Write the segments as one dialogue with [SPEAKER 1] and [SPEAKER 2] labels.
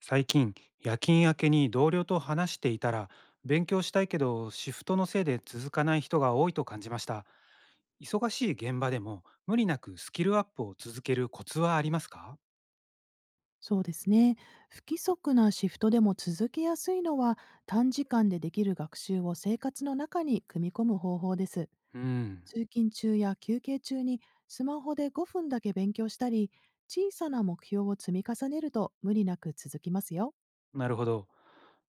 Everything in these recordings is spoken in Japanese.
[SPEAKER 1] 最近、夜勤明けに同僚と話していたら、勉強したいけどシフトのせいで続かない人が多いと感じました。忙しい現場でも無理なくスキルアップを続けるコツはありますか？
[SPEAKER 2] そうですね。不規則なシフトでも続けやすいのは、短時間でできる学習を生活の中に組み込む方法です。
[SPEAKER 1] うん。
[SPEAKER 2] 通勤中や休憩中にスマホで5分だけ勉強したり、小さな目標を積み重ねると無理なく続きますよ。
[SPEAKER 1] なるほど。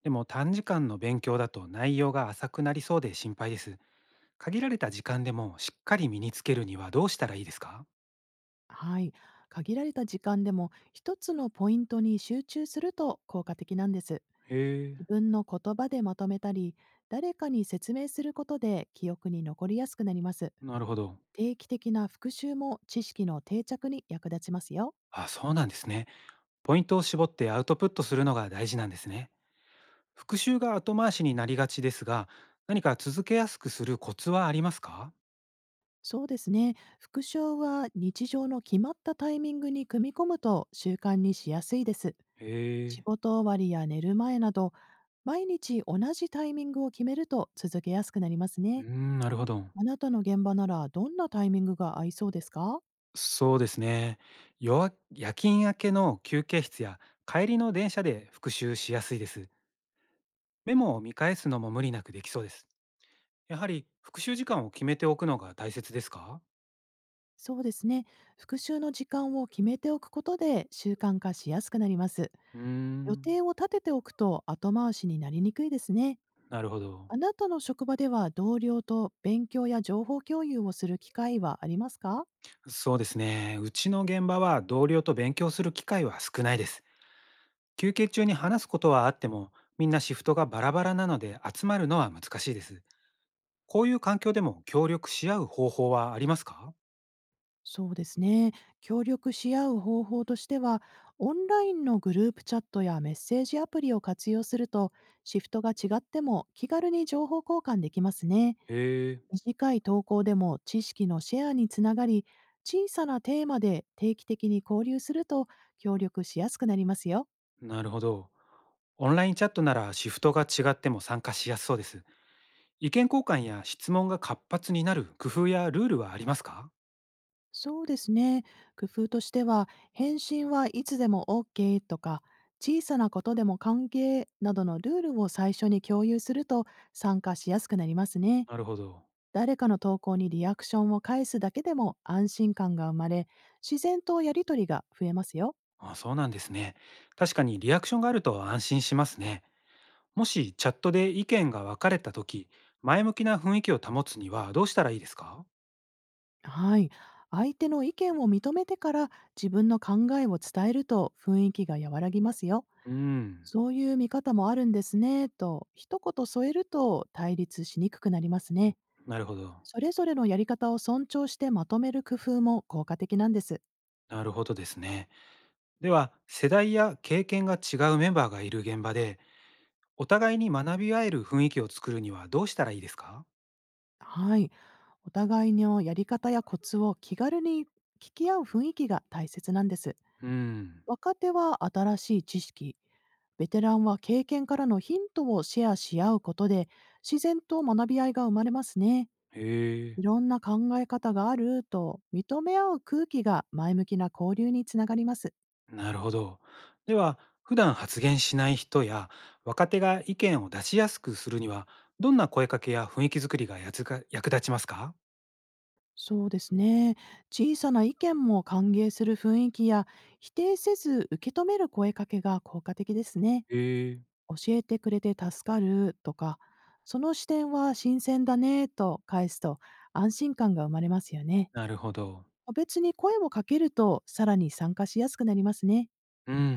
[SPEAKER 1] でも短時間の勉強だと内容が浅くなりそうで心配です。限られた時間でもしっかり身につけるにはどうしたらいいですか？
[SPEAKER 2] はい。限られた時間でも一つのポイントに集中すると効果的なんです。
[SPEAKER 1] へえ。
[SPEAKER 2] 自分の言葉でまとめたり、誰かに説明することで記憶に残りやすくなります。
[SPEAKER 1] なるほど。
[SPEAKER 2] 定期的な復習も知識の定着に役立ちますよ。
[SPEAKER 1] あ、そうなんですね。ポイントを絞ってアウトプットするのが大事なんですね。復習が後回しになりがちですが、何か続けやすくするコツはありますか？
[SPEAKER 2] そうですね。復習は日常の決まったタイミングに組み込むと習慣にしやすいです。
[SPEAKER 1] へ
[SPEAKER 2] 仕事終わりや寝る前など、毎日同じタイミングを決めると続けやすくなります
[SPEAKER 1] え、う
[SPEAKER 2] ね。
[SPEAKER 1] ーん、なるほど。
[SPEAKER 2] あなたの現場ならどんなタイミングが合いそうですか？
[SPEAKER 1] そうですね。夜勤明けの休憩室や帰りの電車で復習しやすいです。メモを見返すのも無理なくできそうです。やはり復習時間を決めておくのが大切ですか？
[SPEAKER 2] そうですね。復習の時間を決めておくことで習慣化しやすくなります。
[SPEAKER 1] うー
[SPEAKER 2] 予
[SPEAKER 1] ん、
[SPEAKER 2] 定を立てておくと後回しになりにくいですね。
[SPEAKER 1] なるほど。
[SPEAKER 2] あなたの職場では同僚と勉強や情報共有をする機会はありますか？
[SPEAKER 1] そうですね。うちの現場は同僚と勉強する機会は少ないです。休憩中に話すことはあっても、みんなシフトがバラバラなので集まるのは難しいです。こういう環境でも協力し合う方法はありますか？
[SPEAKER 2] そうですね。協力し合う方法としては、オンラインのグループチャットやメッセージアプリを活用すると、シフトが違っても気軽に情報交換できますね。
[SPEAKER 1] へえ、
[SPEAKER 2] 短い投稿でも知識のシェアにつながり、小さなテーマで定期的に交流すると協力しやすくなりますよ。
[SPEAKER 1] なるほど。オンラインチャットならシフトが違っても参加しやすそうです。意見交換や質問が活発になる工夫やルールはありますか？
[SPEAKER 2] そうですね。工夫としては、返信はいつでも OK とか、小さなことでも関係などのルールを最初に共有すると参加しやすくなりますね。
[SPEAKER 1] なるほど。
[SPEAKER 2] 誰かの投稿にリアクションを返すだけでも安心感が生まれ、自然とやりとりが増えますよ。
[SPEAKER 1] あ、そうなんですね。確かにリアクションがあると安心しますね。もしチャットで意見が分かれた時、前向きな雰囲気を保つにはどうしたらいいですか？
[SPEAKER 2] はい。相手の意見を認めてから自分の考えを伝えると雰囲気が和らぎますよ。
[SPEAKER 1] うん。
[SPEAKER 2] そういう見方もあるんですね、と一言添えると対立しにくくなりますね。
[SPEAKER 1] なるほど。
[SPEAKER 2] それぞれのやり方を尊重してまとめる工夫も効果的なんです。
[SPEAKER 1] なるほどですね。では、世代や経験が違うメンバーがいる現場で、お互いに学び合える雰囲気を作るにはどうしたらいいですか？
[SPEAKER 2] はい。お互いのやり方やコツを気軽に聞き合う雰囲気が大切なんです。
[SPEAKER 1] うん。
[SPEAKER 2] 若手は新しい知識、ベテランは経験からのヒントをシェアし合うことで、自然と学び合いが生まれますね。
[SPEAKER 1] へ
[SPEAKER 2] い
[SPEAKER 1] え。
[SPEAKER 2] ろんな考え方があると認め合う空気が前向きな交流につながります。
[SPEAKER 1] なるほど。では、普段発言しない人や若手が意見を出しやすくするには、どんな声かけや雰囲気作りがやつか役立ちますか？
[SPEAKER 2] そうですね。小さな意見も歓迎する雰囲気や、否定せず受け止める声かけが効果的ですね。
[SPEAKER 1] へえ。
[SPEAKER 2] 教えてくれて助かるとか、その視点は新鮮だねと返すと安心感が生まれますよね。
[SPEAKER 1] なるほど。
[SPEAKER 2] 別に声をかけるとさらに参加しやすくなりますね。
[SPEAKER 1] うんうんう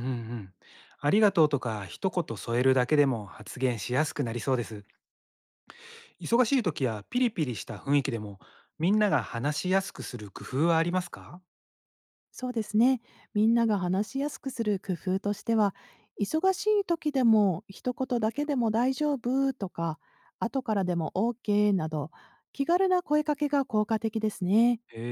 [SPEAKER 1] ん。ありがとうとか一言添えるだけでも発言しやすくなりそうです。忙しい時やピリピリした雰囲気でも、みんなが話しやすくする工夫はありますか？
[SPEAKER 2] そうですね。みんなが話しやすくする工夫としては、忙しい時でも一言だけでも大丈夫とか、後からでも OK など、気軽な声かけが効果的ですね。
[SPEAKER 1] へ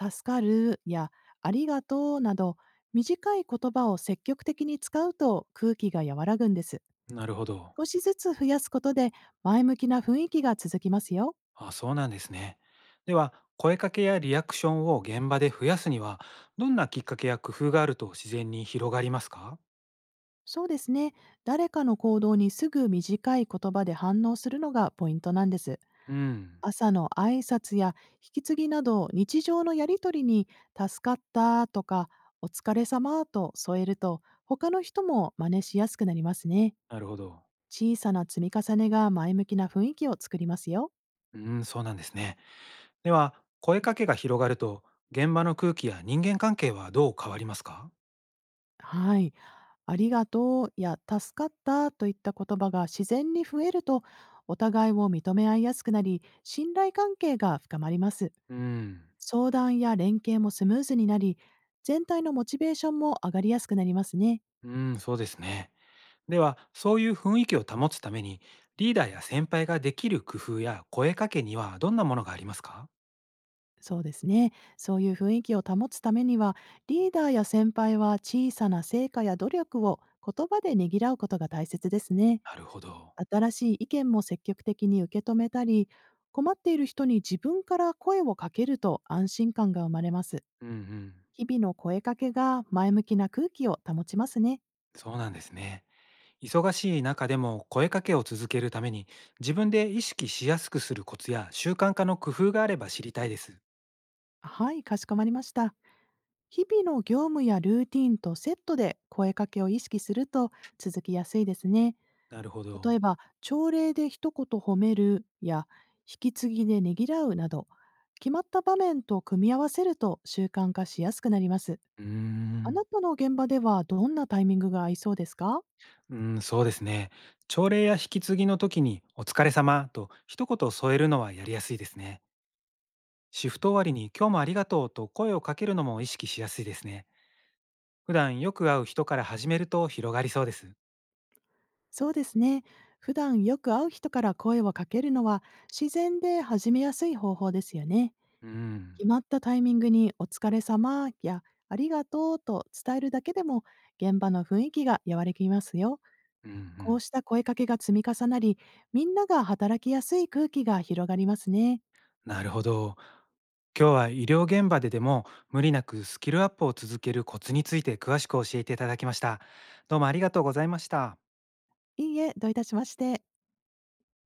[SPEAKER 2] 助かるやありがとうなど、短い言葉を積極的に使うと空気が和らぐんです。
[SPEAKER 1] え、なるほど。
[SPEAKER 2] 少しずつ増やすことで前向きな雰囲気が続きますよ。
[SPEAKER 1] あ、そうなんですね。では、声かけやリアクションを現場で増やすには、どんなきっかけや工夫があると自然に広がりますか？
[SPEAKER 2] そうですね。誰かの行動にすぐ短い言葉で反応するのがポイントなんです。
[SPEAKER 1] うん、
[SPEAKER 2] 朝の挨拶や引き継ぎなど日常のやりとりに「助かった」とか「お疲れ様」と添えると他の人も真似しやすくなりますね。
[SPEAKER 1] なるほど。
[SPEAKER 2] 小さな積み重ねが前向きな雰囲気を作りますよ。
[SPEAKER 1] うん、そうなんですね。では、声かけが広がると、現場の空気や人間関係はどう変わりますか？
[SPEAKER 2] はい。ありがとうや助かったといった言葉が自然に増えるとお互いを認め合いやすくなり信頼関係が深まります。
[SPEAKER 1] うん、
[SPEAKER 2] 相談や連携もスムーズになり全体のモチベーションも上がりやすくなりますね。
[SPEAKER 1] うん、そうですね。では、そういう雰囲気を保つために、リーダーや先輩ができる工夫や声かけにはどんなものがありますか？
[SPEAKER 2] そうですね。そういう雰囲気を保つためには、リーダーや先輩は小さな成果や努力を言葉でねぎらうことが大切ですね。
[SPEAKER 1] なるほど。
[SPEAKER 2] 新しい意見も積極的に受け止めたり、困っている人に自分から声をかけると安心感が生まれます。
[SPEAKER 1] うんうん。
[SPEAKER 2] 日々の声かけが前向きな空気を保ちますね。
[SPEAKER 1] そうなんですね。忙しい中でも声かけを続けるために、自分で意識しやすくするコツや習慣化の工夫があれば知りたいです。
[SPEAKER 2] はい、かしこまりました。日々の業務やルーティンとセットで声かけを意識すると続きやすいですね。
[SPEAKER 1] なるほ
[SPEAKER 2] 例え
[SPEAKER 1] ど。
[SPEAKER 2] ば、朝礼で一言褒めるや、引き継ぎでねぎらうなど、決まった場面と組み合わせると習慣化しやすくなります。
[SPEAKER 1] うー
[SPEAKER 2] あな
[SPEAKER 1] ん。
[SPEAKER 2] たの現場ではどんなタイミングが合いそうですか？
[SPEAKER 1] うん、そうですね。朝礼や引き継ぎの時に、お疲れ様と一言添えるのはやりやすいですね。シフト終わりに今日もありがとうと声をかけるのも意識しやすいですね。普段よく会う人から始めると広がりそうです。
[SPEAKER 2] そうですね。普段よく会う人から声をかけるのは自然で始めやすい方法ですよね。
[SPEAKER 1] うん、
[SPEAKER 2] 決まったタイミングにお疲れ様やありがとうと伝えるだけでも現場の雰囲気が和らぎますよ。
[SPEAKER 1] うん、う
[SPEAKER 2] こう
[SPEAKER 1] ん。
[SPEAKER 2] した声かけが積み重なり、みんなが働きやすい空気が広がりますね。
[SPEAKER 1] なるほど。今日は医療現場ででも無理なくスキルアップを続けるコツについて詳しく教えていただきました。どうもありがとうございました。
[SPEAKER 2] いいえ、どういたしまして。